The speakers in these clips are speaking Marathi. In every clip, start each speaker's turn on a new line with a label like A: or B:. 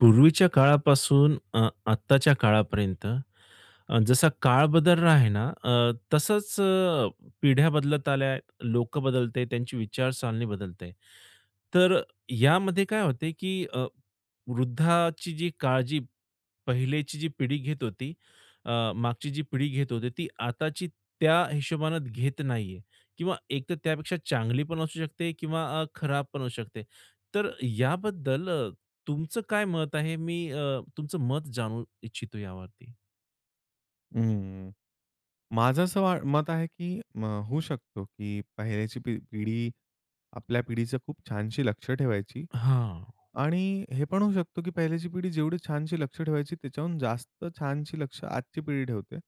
A: पूर्वीच्या काळापासून आत्ताच्या काळापर्यंत जसा काळ बदलला आहे ना, तसंच पिढ्या बदलत आल्या आहेत, लोकं बदलते, त्यांची विचारसरणी बदलते. तर यामध्ये काय होते, की वृद्धाची जी काळजी पहिलेची जी पिढी घेत होती, मागची जी पिढी घेत होती, ती आताची त्या हिशोबानं घेत नाहीये किंवा एक तर त्यापेक्षा चांगली पण असू शकते किंवा खराब पण असू शकते. तर याबद्दल तुमचं काय मत आहे? मी तुमचं मत जाणू इच्छितो यावरती.
B: हं. माझं असं मत आहे, की होऊ शकतो, की पहिल्याची पिढी आपल्या पिढीचं खूप छानशी लक्ष ठेवायची.
A: हां.
B: आणि हे पण होऊ शकतो, की पहिल्याची पिढी जेवढी छानशी लक्ष ठेवायची, त्याच्याहून जास्त छानशी लक्ष आजची पिढी ठेवते.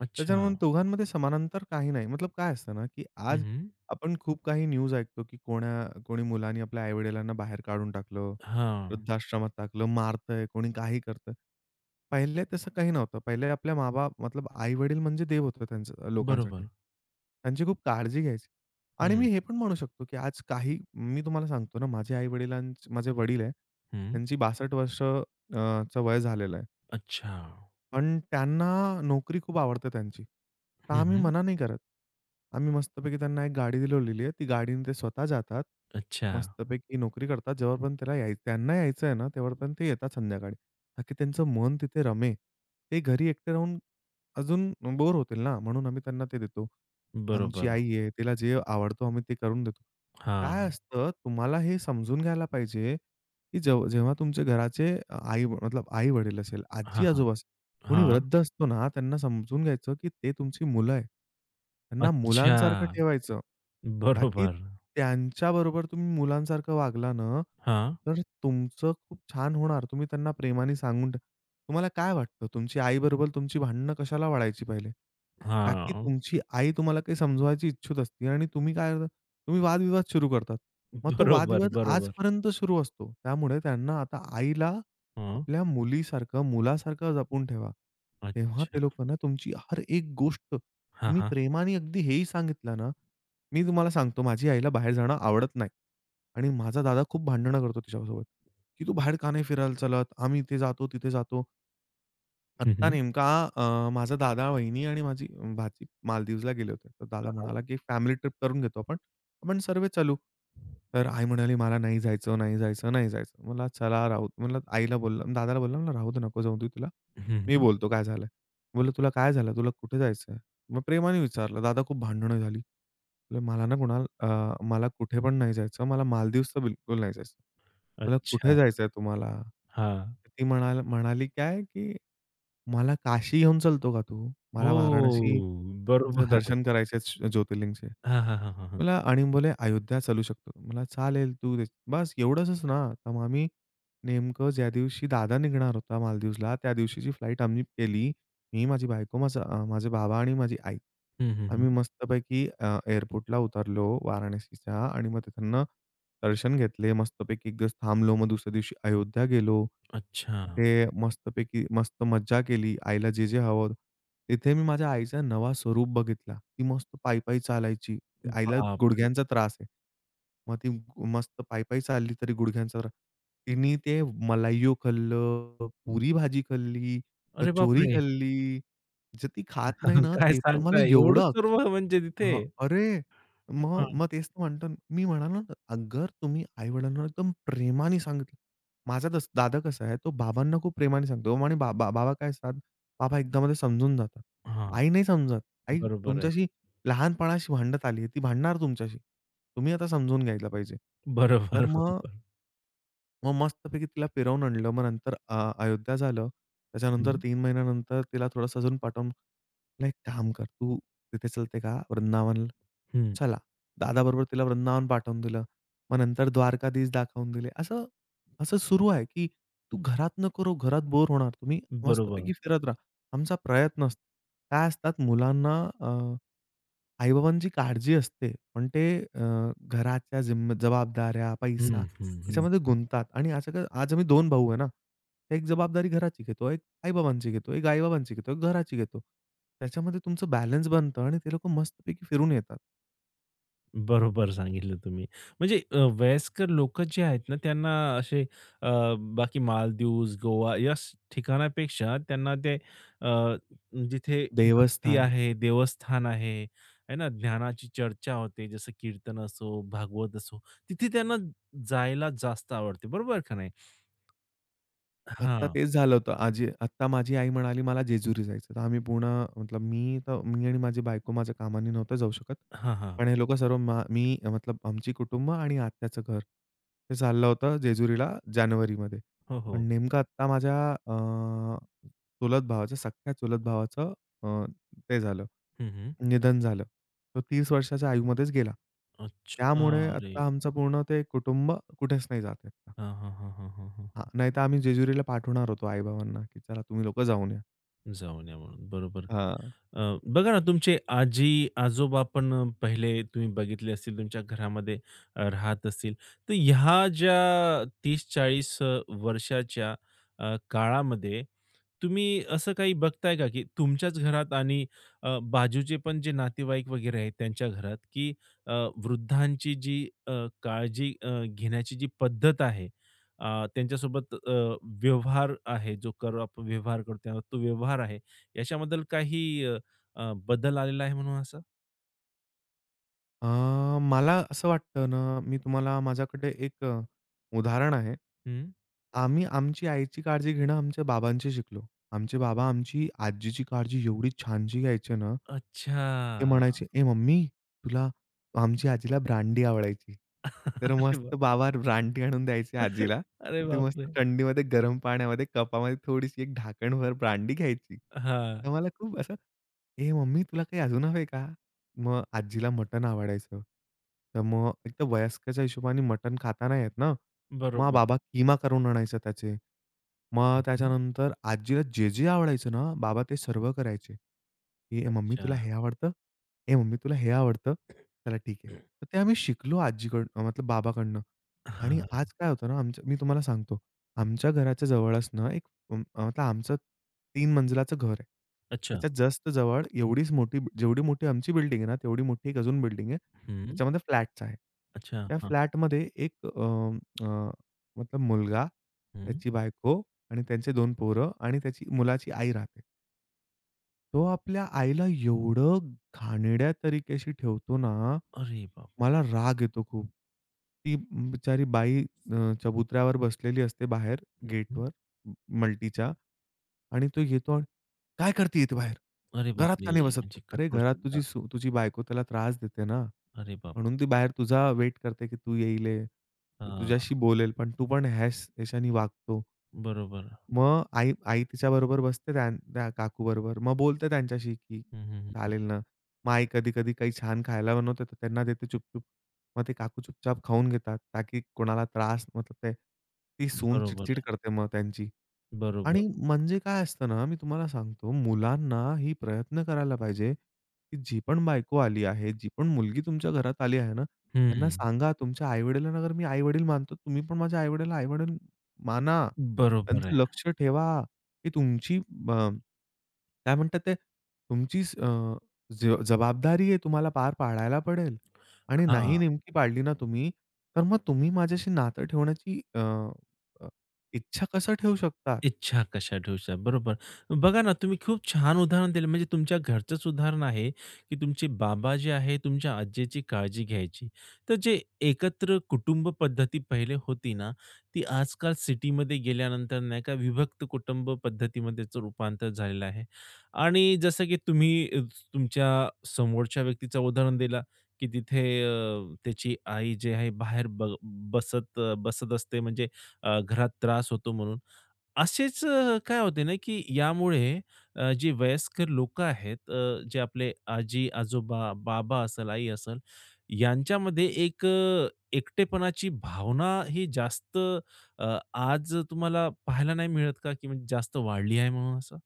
A: अच्छा.
B: त्याच्यामुळे दोघांमध्ये समानांतर काही नाही. मतलब काय असतं ना, की आज
A: हं,
B: आपण खूप काही न्यूज ऐकतो, की कोण्या कोणी मुलांनी आपल्या आई-वडिलांना बाहेर काढून टाकलं,
A: हां.
B: वृद्धाश्रमात टाकलं, मारतंय, कोणी काही करतंय. पहिले तसं काही नव्हतं. पहिले आपल्या माँ-बाप मतलब आई-वडील म्हणजे देव होतं त्यांचं
A: बरोबर.
B: लोकांसाठी. त्यांची खूप काळजी घ्यायची. आणि
A: हं,
B: मी हे पण म्हणू शकतो, की आज काही मी तुम्हाला सांगतो ना, माझे आई-वडिलांचे माझे वडील आहे,
A: हं.
B: त्यांची 62 वर्ष ...चं वय झालेलं आहे.
A: अच्छा.
B: पण त्यांना नोकरी खूप आवडते त्यांची. तर
A: हं,
B: आम्ही
A: हं.
B: मना नाही करत. आम्ही मस्तपैकी त्यांना एक गाडी दिलेली आहे. ती गाडीने ते स्वतः जातात.
A: अच्छा.
B: मस्तपैकी नोकरी करतात. जेव्हापर्यंत त्याला याय त्यांना यायचं आहे ना, तेव्हापर्यंत ते येतात संध्याकाळी. ताकी त्यांचं मन तिथे रमे. ते घरी एकटे राहून अजून बोर होतील ना, म्हणून आम्ही त्यांना ते देतो. आमची
A: बरोबर.
B: आई आहे, तिला जे आवडतो आम्ही ते करून देतो. काय
A: हां.
B: असतं, तुम्हाला हे समजून घ्यायला पाहिजे, की जेव्हा जेव्हा तुमचे घराचे आई मतलब आई-वडील असेल,
A: हां, हां.
B: आजी-आजोबा असेल कोणी
A: हां.
B: वृद्ध असतो ना, त्यांना समजून घ्यायचं, की ते तुमची मुलं आहे. त्यांना
A: अच्छा.
B: मुलांसारखं ठेवायचं. का की
A: बरोबर.
B: त्यांच्याबरोबर तुम्ही मुलांसारखं वागला ना,
A: हां.
B: तर तुमचं खूप छान होणार. तुम्ही त्यांना प्रेमाने सांगून ट तुम्हाला काय वाटतं तुमची आईबरोबर तुमची भांडणं कशाला वाढायची पहिले? का की
A: हां.
B: तुमची आई तुम्हाला काही समजवायची इच्छुक असते आणि तुम्ही काय करता, तुम्ही वादविवाद सुरू करतात. मग तो
A: बरोबर,
B: वादविवाद
A: बरोबर.
B: आजपर्यंत सुरू असतो. त्यामुळे त्यांना आता आईला
A: हं.
B: आपल्या मुलीसारखं, मुलासारखं जपून ठेवा. तेव्हा ते
A: अच्छा.
B: लोकं ना तुमची हर एक गोष्ट
A: हां,
B: तुम्ही
A: हां.
B: प्रेमाने अगदी हेही सांगितलं ना, मी तुम्हाला सांगतो माझी आईला बाहेर जाणं आवडत नाही. आणि माझा दादा खूप भांडणं करतो तिच्यासोबत, की "तू बाहेर का नाही फिरायला चलत? आम्ही इथे जातो, तिथे जातो."
A: हं,
B: आत्ता
A: हं.
B: नेमका अ, माझा दादा, वहिनी आणि माझी भाची मालदीवला गेले होते. तर दादा म्हणाला, की फॅमिली ट्रिप करून घेतो आपण. आपण सर्व चलू. तर आई म्हणाली, "मला नाही जायचं, नाही जायचं, नाही जायचं." म्हणला, "चला राहू." म्हणलं आईला बोललं दादाला बोलला म्हणलं, "राहू दे, नको जाऊ दे तिला.
A: हं,
B: मी
A: हं.
B: बोलतो काय झालंय." बोललो, "तुला काय झालं? तुला कुठे जायचंय?" मग प्रेमाने विचारलं. दादा खूप भांडणं झाली. बोलले, "मला ना कुणाल अ, मला कुठे पण नाही जायचं. मला मालदीवस तर बिलकुल नाही जायचं. मला कुठे
A: अच्छा.
B: जायचंय तुम्हाला?"
A: हां.
B: तर ती म्हणाली काय, की मला काशी घेऊन चलतो का तू? मला
A: हो.
B: वाराणसीचं
A: बरोबर.
B: दर्शन करायचंय ज्योतिर्लिंगचे.
A: हां, हां, हां, हां, हां.
B: मला आणि बोले "अयोध्या चालू शकतो." मला चालेल तू दे. बस एवढंच ना. तर मग आम्ही नेमकं ज्या दिवशी दादा निघणार होता मालदीवला, त्या दिवशीची फ्लाइट आम्ही केली. मी, माझी बायको, माझे बाबा आणि माझी आई.
A: हं, हं, हं.
B: आम्ही मस्तपैकी एअरपोर्टला उतरलो वाराणसीच्या आणि मग तिथून दर्शन घेतले. मस्तपैकी एक दिवस थांबलो. मग दुसऱ्या दिवशी अयोध्या गेलो.
A: अच्छा.
B: तिथे मस्त मज्जा केली. आईला जे-जे हवं होतं. तिथे मी माझ्या आईचा नवा स्वरूप बघितला. ती मस्त पायी-पायी चालायची. आईला
A: बापरे!
B: गुडघ्यांचा त्रास आहे. मग ती मस्त पायी-पायी चालली तरी गुडघ्यांचा त्रास. तिने ते मलाईयो खाल्लं, पुरी भाजी खाल्ली. तर
A: अरे
B: चोरी
A: बापरे!
B: खाल्ली, जे ती खात नाही ना,
A: काय
B: ते पण मला
A: सांगताय? एवढं
B: एवढं अक्ष
A: सर्व म्हणजे तिथे?
B: हां, अरे! मग
A: हां,
B: मग तेच तर म्हणतो ना, मी म्हणालो ना, अगर तुम्ही आई-वडिलांना एकदम प्रेमाने सांगितलं. माझा तस दादा कसा आहे, तो बाबांना खूप प्रेमाने सांगतो आणि बाबा बाबा काय असतात, बाबा एकदामध्ये समजून जातात.
A: हां.
B: आई नाही समजत. आई
A: बरोबर आहे.
B: तुमच्याशी लहानपणाशी भांडत आली आहे, ती भांडणार तुमच्याशी. तुम्ही आता समजून घ्यायला पाहिजे.
A: बरोबर,
B: तर मग
A: बरोबर.
B: मग मस्तपैकी तिला फिरवून आणलं. मग नंतर अयोध्या झालं. त्याच्यानंतर
A: हं,
B: 3 महिन्यानंतर तिला थोडंसं अजून पाठवून "एक काम कर, तिथे चलते का वृंदावनला?"
A: हं.
B: चला. दादाबरोबर तिला वृंदावन पाठवून दिलं. मग नंतर द्वारकाधीश दाखवून दिले. असं असं सुरू आहे, की तू घरात नको राहू, घरात बोर होणार. तुम्ही
A: बरोबर.
B: मस्तपैकी फिरत राहा. आमचा प्रयत्न असतो. काय असतात मुलांना अ आई-बाबांची काळजी असते, पण ते अ, घराच्या जबाबदाऱ्या,
A: हं,
B: पैसा
A: हं, हं.
B: याच्यामध्ये गुंततात आणि असं आज आम्ही 2 भाऊ आहे ना, एक जबाबदारी घराची घेतो, एक आई-बाबांची घेतो, एक आई-बाबांची घेतो, एक घराची घेतो. त्याच्यामध्ये तुमचं बॅलन्स बनतं आणि ते लोकं मस्तपैकी फिरून येतात.
A: बरोबर सांगितलं तुम्ही. म्हणजे वयस्कर लोकं जे आहेत ना, त्यांना असे अ, बाकी मालदीव्स, गोवा या ठिकाणापेक्षा त्यांना ते, अ, जिथे भक्ती
B: देवस्थान
A: आहे, देवस्थान आहे, आहे ना, ज्ञानाची चर्चा होते, जसं कीर्तन असो, भागवत असो, तिथे त्यांना जायला जास्त आवडते. बरोबर का नाही?
B: आत्ता
A: हां.
B: तेच झालं होतं. आत्ता माझी आई म्हणाली, "मला जेजुरी जायचं." तर आम्ही पूर्ण मतलब मी तर मी आणि माझी बायको माझ्या कामाने नव्हतं जाऊ शकत.
A: हां, हां.
B: पण हे लोकं सर्व मा मी मतलब आमची कुटुंब आणि आत्याचं घर हे चाललं होतं जेजुरीला जानेवारीमध्ये.
A: हो,
B: पण
A: हो.
B: नेमकं आत्ता माझ्या अ, चुलत भावाचं सख्ख्या चुलत भावाचं अ, ते झालं,
A: हं, हं.
B: निधन झालं. तो 30 वर्षाच्या आयुमध्येच गेला.
A: अच्छा.
B: त्यामुळे
A: अरे!
B: आत्ता आमचं पूर्ण ते कुटुंब कुठेच नाही जात आहे.
A: हां, हां, हां, हां, हां.
B: हां, नाहीतर आम्ही जेजुरीला पाठवणार होतो आई-बाबांना, की चला तुम्ही लोकं जाऊन या.
A: जाऊन या म्हणून. बरोबर.
B: हां.
A: अ, बघा ना, तुमचे आजी-आजोबा पण पहिले तुम्ही बघितले असतील तुमच्या घरामध्ये राहत असतील. तर ह्या ज्या 30-40 वर्षाच्या काळामध्ये तुम्ही असं काही बघताय का, की तुमच्याच घरात आणि बाजूचे पण जे नातेवाईक वगैरे आहेत त्यांच्या घरात, की अ, वृद्धांची जी काळजी घेण्याची जी पद्धत आहे, त्यांच्यासोबत व्यवहार आहे, जो कर आपण व्यवहार करतो त्यावर तो व्यवहार आहे, याच्याबद्दल काही अ, अ, बदल आलेला आहे म्हणून असं?
B: अ, मला असं वाटतं ना, मी तुम्हाला माझ्याकडे एक उदाहरण आहे.
A: हं.
B: आम्ही आमची आईची काळजी घेणं आमच्या बाबांशी शिकलो. आमचे बाबा आमची आजीची काळजी एवढी छानशी घ्यायचे ना, ते
A: अच्छा.
B: म्हणायचे, "ए मम्मी, तुला." आमची आजीला ब्रांडी आवडायची. तर
A: अरे
B: मस्त
A: वाह!
B: बाबा ब्रांडी आणून द्यायची आजीला.
A: अरे
B: तर ती मस्त
A: बापरे!
B: थंडीमध्ये गरम पाण्यामध्ये कपामध्ये थोडीशी एक ढाकणभर ब्रांडी घ्यायची.
A: हां,
B: तर मला खूप असं, "ए मम्मी, तुला काही अजून हवंय का?" मग आजीला मटण आवडायचं. तर मग एक तर वयस्काच्या हिशोबाने मटण खाता नाही येत ना. मग
A: बरोबर.
B: बाबा किमा करून आणायचा त्याचे. मग
A: हं.
B: त्याच्यानंतर आजीला जे-जे आवडायचं ना, बाबा ते सर्व करायचे. की "ए मम्मी
A: अच्छा.
B: तुला हे आवडतं? ए मम्मी तुला हे आवडतं? चला ठीक आहे." तर ते आम्ही शिकलो आजीकडून मतलब बाबाकडनं.
A: हां,
B: आणि
A: हां.
B: आज काय होतं ना, मी तुम्हाला सांगतो. आमच्या घराच्या जवळच ना एक आता आमचं 3 मंजिलाचं घर आहे.
A: अच्छा.
B: त्याच्या जस्ट जवळ एवढीच मोठी जेवढी मोठी आमची बिल्डिंग आहे ना, तेवढी मोठी एक अजून बिल्डिंग आहे.
A: हं.
B: त्याच्यामध्ये फ्लॅट्स आहे.
A: अच्छा.
B: त्या फ्लॅटमध्ये एक अ, अ, मतलब मुलगा,
A: हं.
B: त्याची बायको आणि त्यांचे दोन पोरं आणि त्याची मुलाची आई राहते. तो आपल्या आईला एवढं घाणेरड्या तरीक्याशी ठेवतो ना,
A: अरे बाप!
B: मला राग येतो खूप. ती बिचारी बाई चबुतऱ्यावर बसलेली असते बाहेर
A: हं.
B: गेटवर मल्टीच्या. आणि तो येतो आणि "काय करते इथे बाहेर?
A: अरे
B: घरात
A: बापरे!
B: का नाही बसत तू?"
A: म्हणजे
B: "अरे
A: कठोर
B: घरात
A: शब्द.
B: तुझी बायको त्याला त्रास देते ना,
A: अरे बाप!
B: म्हणून ती बाहेर तुझा वेट करते की तू येईल आहे. तो
A: हां,
B: तुझ्याशी बोलेल, पण तू पण याच्याने वागतो."
A: बरोबर.
B: मग आई आई तिच्याबरोबर बसते त्या त्या काकूबरोबर. मग बोलते त्यांच्याशी की
A: हं, हं, हं, हं.
B: "चालेल ना." मग आई कधी-कधी काही छान खायला बनवते, तर त्यांना देते चुपचुप. मग ते काकू चुपचाप खाऊन घेतात, ताकी कोणाला त्रास मतलब ते ती सून
A: बरोबर
B: चिडचिड
A: आहे.
B: करते मग त्यांची.
A: बरोबर.
B: आणि म्हणजे काय असतं ना, मी तुम्हाला सांगतो, मुलांना ही प्रयत्न करायला पाहिजे, की जी पण बायको आली आहे, जी पण मुलगी तुमच्या घरात आली आहे ना, त्यांना
A: हं.
B: सांगा, तुमच्या आई-वडिलांना अगर मी आई-वडील मानतो, तुम्ही पण माझ्या आई-वडिलांना आई-वडील माना.
A: बरोबर आहे.
B: त्यांचं लक्ष ठेवा, की तुमची अ, काय म्हणतात ते, तुमचीच अ, ज जबाबदारी आहे, तुम्हाला पार पाडायला पडेल. आणि नाही
A: हां.
B: नेमकी पाडली ना तुम्ही, तर मग तुम्ही माझ्याशी नातं ठेवण्याची अ, अ, इच्छा कसं ठेवू शकता?
A: इच्छा कशा ठेवशा. बरोबर. बघा ना, तुम्ही खूप छान उदाहरण दिलं. म्हणजे तुमच्या घरचंच उदाहरण आहे, की तुमचे बाबा जे आहे, तुमच्या आज्जीची काळजी घ्यायची. तर जे एकत्र कुटुंब पद्धती पहिले होती ना, ती आजकाल सिटीमध्ये गेल्यानंतर नाही का विभक्त कुटुंब पद्धतीमध्येच रूपांतर झालेलं आहे. आणि जसं की तुम्ही तुमच्या समोरच्या व्यक्तीचं उदाहरण दिला, की तिथे त्याची आई जी आहे बाहेर बसत बसत असते म्हणजे घरात त्रास होतो म्हणून. असेच काय होते ना, की यामुळे जे वयस्कर लोकं आहेत जे आपले आजी-आजोबा, बाबा असेल, आई असेल, यांच्यामध्ये एक एकटेपणाची भावना ही जास्त, आज तुम्हाला पाहायला नाही मिळत का? की म्हणजे जास्त वाढली आहे म्हणून असं?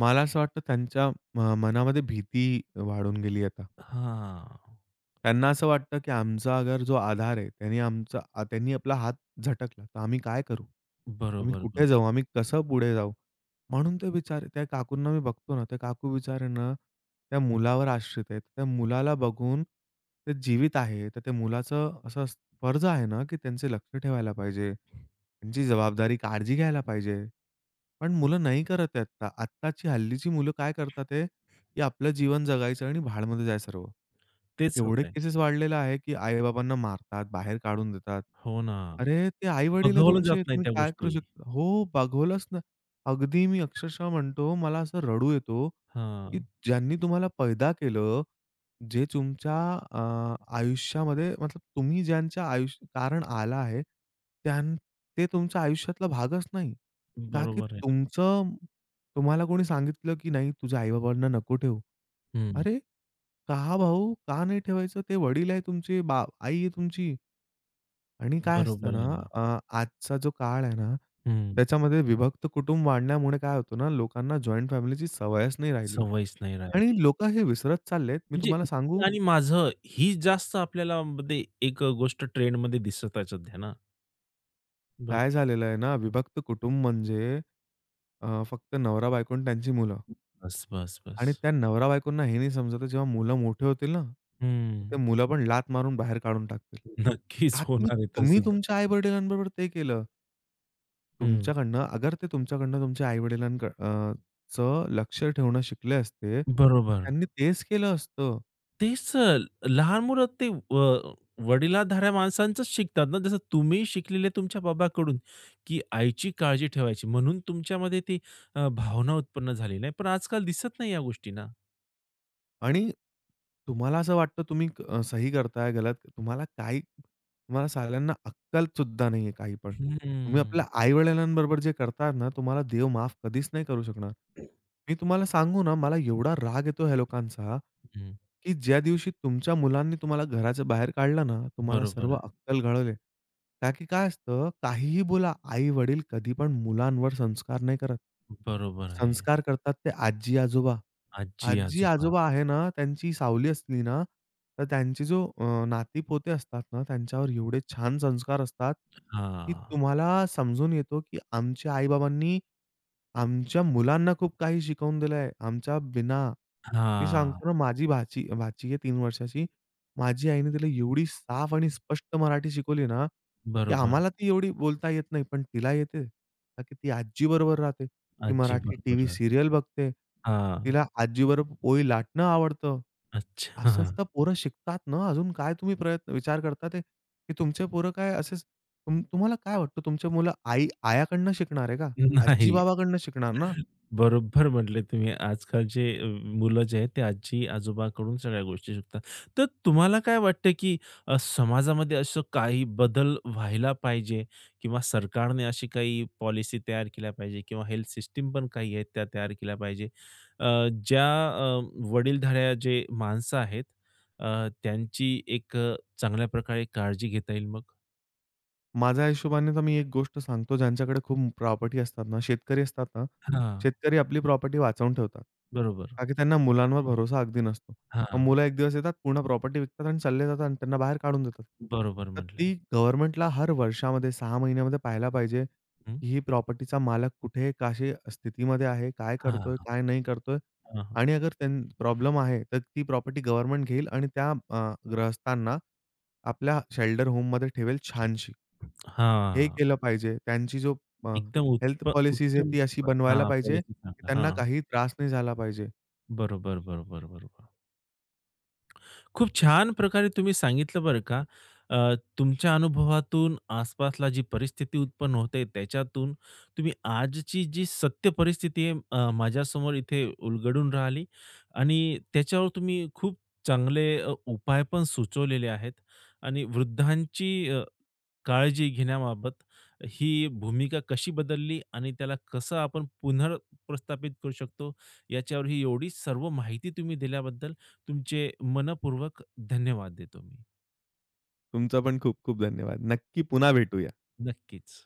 B: मला असं वाटतं त्यांच्या मनामध्ये भीती वाढून गेली आता.
A: हां.
B: त्यांना असं वाटतं, की आमचा अगर जो आधार आहे, त्यांनी आपला हात झटकला, तर आम्ही काय करू? आम्ही
A: बरोबर, बरोबर.
B: कुठे जाऊ? आम्ही कसं पुढे जाऊ? म्हणून ते बिचारे त्या काकूंना मी बघतो ना, त्या काकू बिचारे ना, त्या मुलावर आश्रित आहेत. त्या मुलाला बघून ते जीवित आहे. तर त्या मुलाचं फर्ज आहे ना, की त्यांचे लक्ष ठेवायला पाहिजे. त्यांची जबाबदारी, काळजी घ्यायला पाहिजे. पण मुलं नाही करत आहेत. आत्ताची हल्लीची मुलं काय करतात की आपलं जीवन जगायचं आणि भाडमध्ये जायचं सर्व.
A: तेच
B: एवढे
A: होतंय.
B: केसेस वाढलेले आहे, की आई-बाबांना मारतात, बाहेर काढून देतात.
A: हो ना.
B: अरे, ते आई-वडील आहे
A: बघवलं
B: तुमचे,
A: जात नाही
B: तुम्ही
A: त्या
B: काय करू
A: गोष्टी.
B: शकता? हो, बघवलंच ना. अगदी मी अक्षरशः म्हणतो, मला असं रडू येतो, की
A: हां.
B: ज्यांनी तुम्हाला पैदा केलं, जे तुमच्या अ, आयुष्यामध्ये मतलब तुम्ही ज्यांच्या आयुष्य कारण आला आहे, त्यां ते तुमच्या आयुष्यातला भागच नाही. का की
A: बरोबर आहे ना.
B: तुम्हाला कोणी सांगितलं, की नाही तुझ्या आई-बाबांना नको ठेवू.
A: हं.
B: अरे, का भाऊ? का नाही ठेवायचं? ते वडील आहे तुमचे, आई आहे तुमची. आणि काय असतं
A: बरोबर आहे
B: ना,
A: ना.
B: आजचा जो काळ आहे ना,
A: हं.
B: त्याच्यामध्ये विभक्त कुटुंब वाढण्यामुळे काय होतं ना, लोकांना जॉइंट फॅमिलीची सवयच नाही राहिली.
A: सवयच नाही
B: आणि
A: राहिली.
B: लोकं हे विसरत चाललेत. मी
A: म्हणजे
B: तुम्हाला
A: मी
B: सांगू,
A: आणि माझं ही जास्त आपल्याला मध्ये एक गोष्ट ट्रेंडमध्ये दिसत आहे सध्या ना. बस,
B: काय झालेलं आहे ना, विभक्त कुटुंब म्हणजे फक्त नवरा-बायको आणि त्यांची मुलं.
A: बस, बस,
B: आणि
A: बस.
B: त्या नवरा-बायकोंना हे नाही समजत आहे, जेव्हा मुलं मोठे होतील ना, तर ते
A: हं.
B: मुलं पण लाथ मारून बाहेर काढून टाकतील.
A: नक्कीच
B: का की
A: होणार आहे
B: तुम्ही
A: तसं तर.
B: तुमच्या आई-वडिलांबरोबर ते केलं.
A: हं.
B: तुमच्याकडनं अगर ते तुमच्याकडनं ...चं लक्ष ठेवणं शिकले असते, तर
A: बरोबर.
B: त्यांनी तेच केलं असतं.
A: तेच तर लहान मुलं ते, वडिलांधाऱ्या माणसांचंच शिकतात ना. जसं तुम्ही शिकलेले तुमच्या बाबाकडून, की आईची काळजी ठेवायची म्हणून तुमच्यामध्ये ती भावना उत्पन्न झाली नाही. पण आजकाल दिसत नाही या गोष्टी ना.
B: आणि तुम्हाला असं वाटतं तुम्ही सही करताय, गलत तुम्हाला साल्यांना अक्कलसुद्धा नाहीये काही पण. तुम्ही
A: हं,
B: आपल्या आई-वडिलांबरोबर जे करताय ना, तुम्हाला देव माफ कधीच नाही करू शकणार. मी तुम्हाला सांगू ना, मला एवढा राग येतो ह्या लोकांचा,
A: हं.
B: की ज्या दिवशी तुमच्या मुलांनी तुम्हाला घराच्या बाहेर काढलं ना, तुम्हाला
A: बरोबर
B: सर्व
A: आहे.
B: अक्कल गळवले. का की काय असतं, काहीही बोला, आई-वडील कधी पण मुलांवर संस्कार नाही करत.
A: बरोबर आहे.
B: संस्कार करतात ते आजी-आजोबा.
A: आजी-आजोबा.
B: आजी-आजोबा आहे ना, त्यांची सावली असली ना, तर त्यांचे जो नाती-पोते असतात ना, त्यांच्यावर एवढे छान संस्कार असतात, की
A: हां.
B: तुम्हाला समजून येतो, की आमच्या आई-बाबांनी आमच्या मुलांना खूप काही शिकवून दिलं आहे. आमच्या बिना मी
A: हां.
B: सांगतो ना, माझी भाची भाची आहे 3 वर्षाची. माझी आईने तिला एवढी साफ आणि स्पष्ट मराठी शिकवली ना, की
A: बरोबर.
B: आम्हाला ती एवढी बोलता येत नाही, पण तिला येते. का की ती आजीबरोबर राहते. ती
A: आजी
B: मराठी टीव्ही
A: बरोबर.
B: सीरियल बघते.
A: हां.
B: तिला आजीबरोबर पोळी लाटणं आवडतं.
A: अच्छा.
B: असंच तर पोरं शिकतात ना. अजून काय तुम्ही प्रयत्न विचार करता ते, की तुमचे पोरं काय असेच तुम्हाला काय वाटतं तुमची मुलं आई आयाकडनं शिकणार आहे का?
A: नाही.
B: आजी-बाबाकडनं शिकणार ना.
A: बरोबर म्हटले तुम्ही. आजकाल जे मुलं जे आहेत ते आजी-आजोबाकडून सगळ्या गोष्टी शिकतात. तर तुम्हाला काय वाटतं, की समाजामध्ये असं काही बदल व्हायला पाहिजे किंवा सरकारने अशी काही पॉलिसी तयार केल्या पाहिजे किंवा हेल्थ सिस्टम पण काही आहेत त्या तयार केल्या पाहिजे. अ, ज्या वडीलधाऱ्या जे माणसं आहेत, त्यांची एक चांगल्या प्रकारे काळजी घेता येईल मग?
B: माझ्या हिशोबाने तर मी एक गोष्ट सांगतो, ज्यांच्याकडे खूप प्रॉपर्टी असतात ना, शेतकरी असतात ना,
A: हां,
B: शेतकरी आपली प्रॉपर्टी वाचवून ठेवतात.
A: बरोबर.
B: का की त्यांना मुलांवर भरोसा अगदी नसतो. मग
A: हां,
B: मुलं एक दिवस येतात, पूर्ण प्रॉपर्टी विकतात आणि चालले जातात आणि त्यांना बाहेर काढून देतात.
A: बरोबर
B: तर
A: म्हटले.
B: ती गव्हर्नमेंटला हर वर्षामध्ये 6 महिन्यामध्ये पाहायला पाहिजे,
A: हं.
B: की ही प्रॉपर्टीचा मालक कुठे, कशी स्थितीमध्ये आहे, काय करतोय, काय नाही करतोय
A: हां, हां.
B: आणि अगर प्रॉब्लेम आहे, तर ती प्रॉपर्टी गव्हर्नमेंट घेईल आणि ग्रहस्थांना आपल्या शेल्टर होममध्ये ठेवेल छानशी. हे
A: हां.
B: केलं पाहिजे. त्यांची जो अ,
A: एकदम
B: हेल्थ पॉलिसीज आहे
A: उत्तम.
B: ती अशी बनवायला
A: हां,
B: पाहिजे,
A: पॉलिसी
B: की
A: सांगा.
B: त्यांना
A: हां.
B: काही त्रास नाही झाला पाहिजे.
A: बरोबर, बरोबर, बरोबर. खूप छान प्रकारे तुम्ही सांगितलं बरं का. तुमच्या अनुभवातून आसपासला जी परिस्थिती उत्पन्न होते त्याच्यातून तुम्ही आजची जी सत्य परिस्थिती आहे, माझ्यासमोर इथे उलगडून राहिली आणि त्याच्यावर तुम्ही खूप चांगले, उपाय पण सुचवलेले आहेत आणि वृद्धांची, काळजी घेण्याबाबत ही भूमिका कशी बदलली आणि त्याला कसं आपण पुनर्प्रस्थापित करू शकतो, याच्यावर ही एवढी सर्व माहिती तुम्ही दिल्याबद्दल तुमचे मनःपूर्वक धन्यवाद देतो मी.
B: तुमचा पण खूप खूप धन्यवाद. नक्की पुन्हा भेटूया.
A: नक्कीच.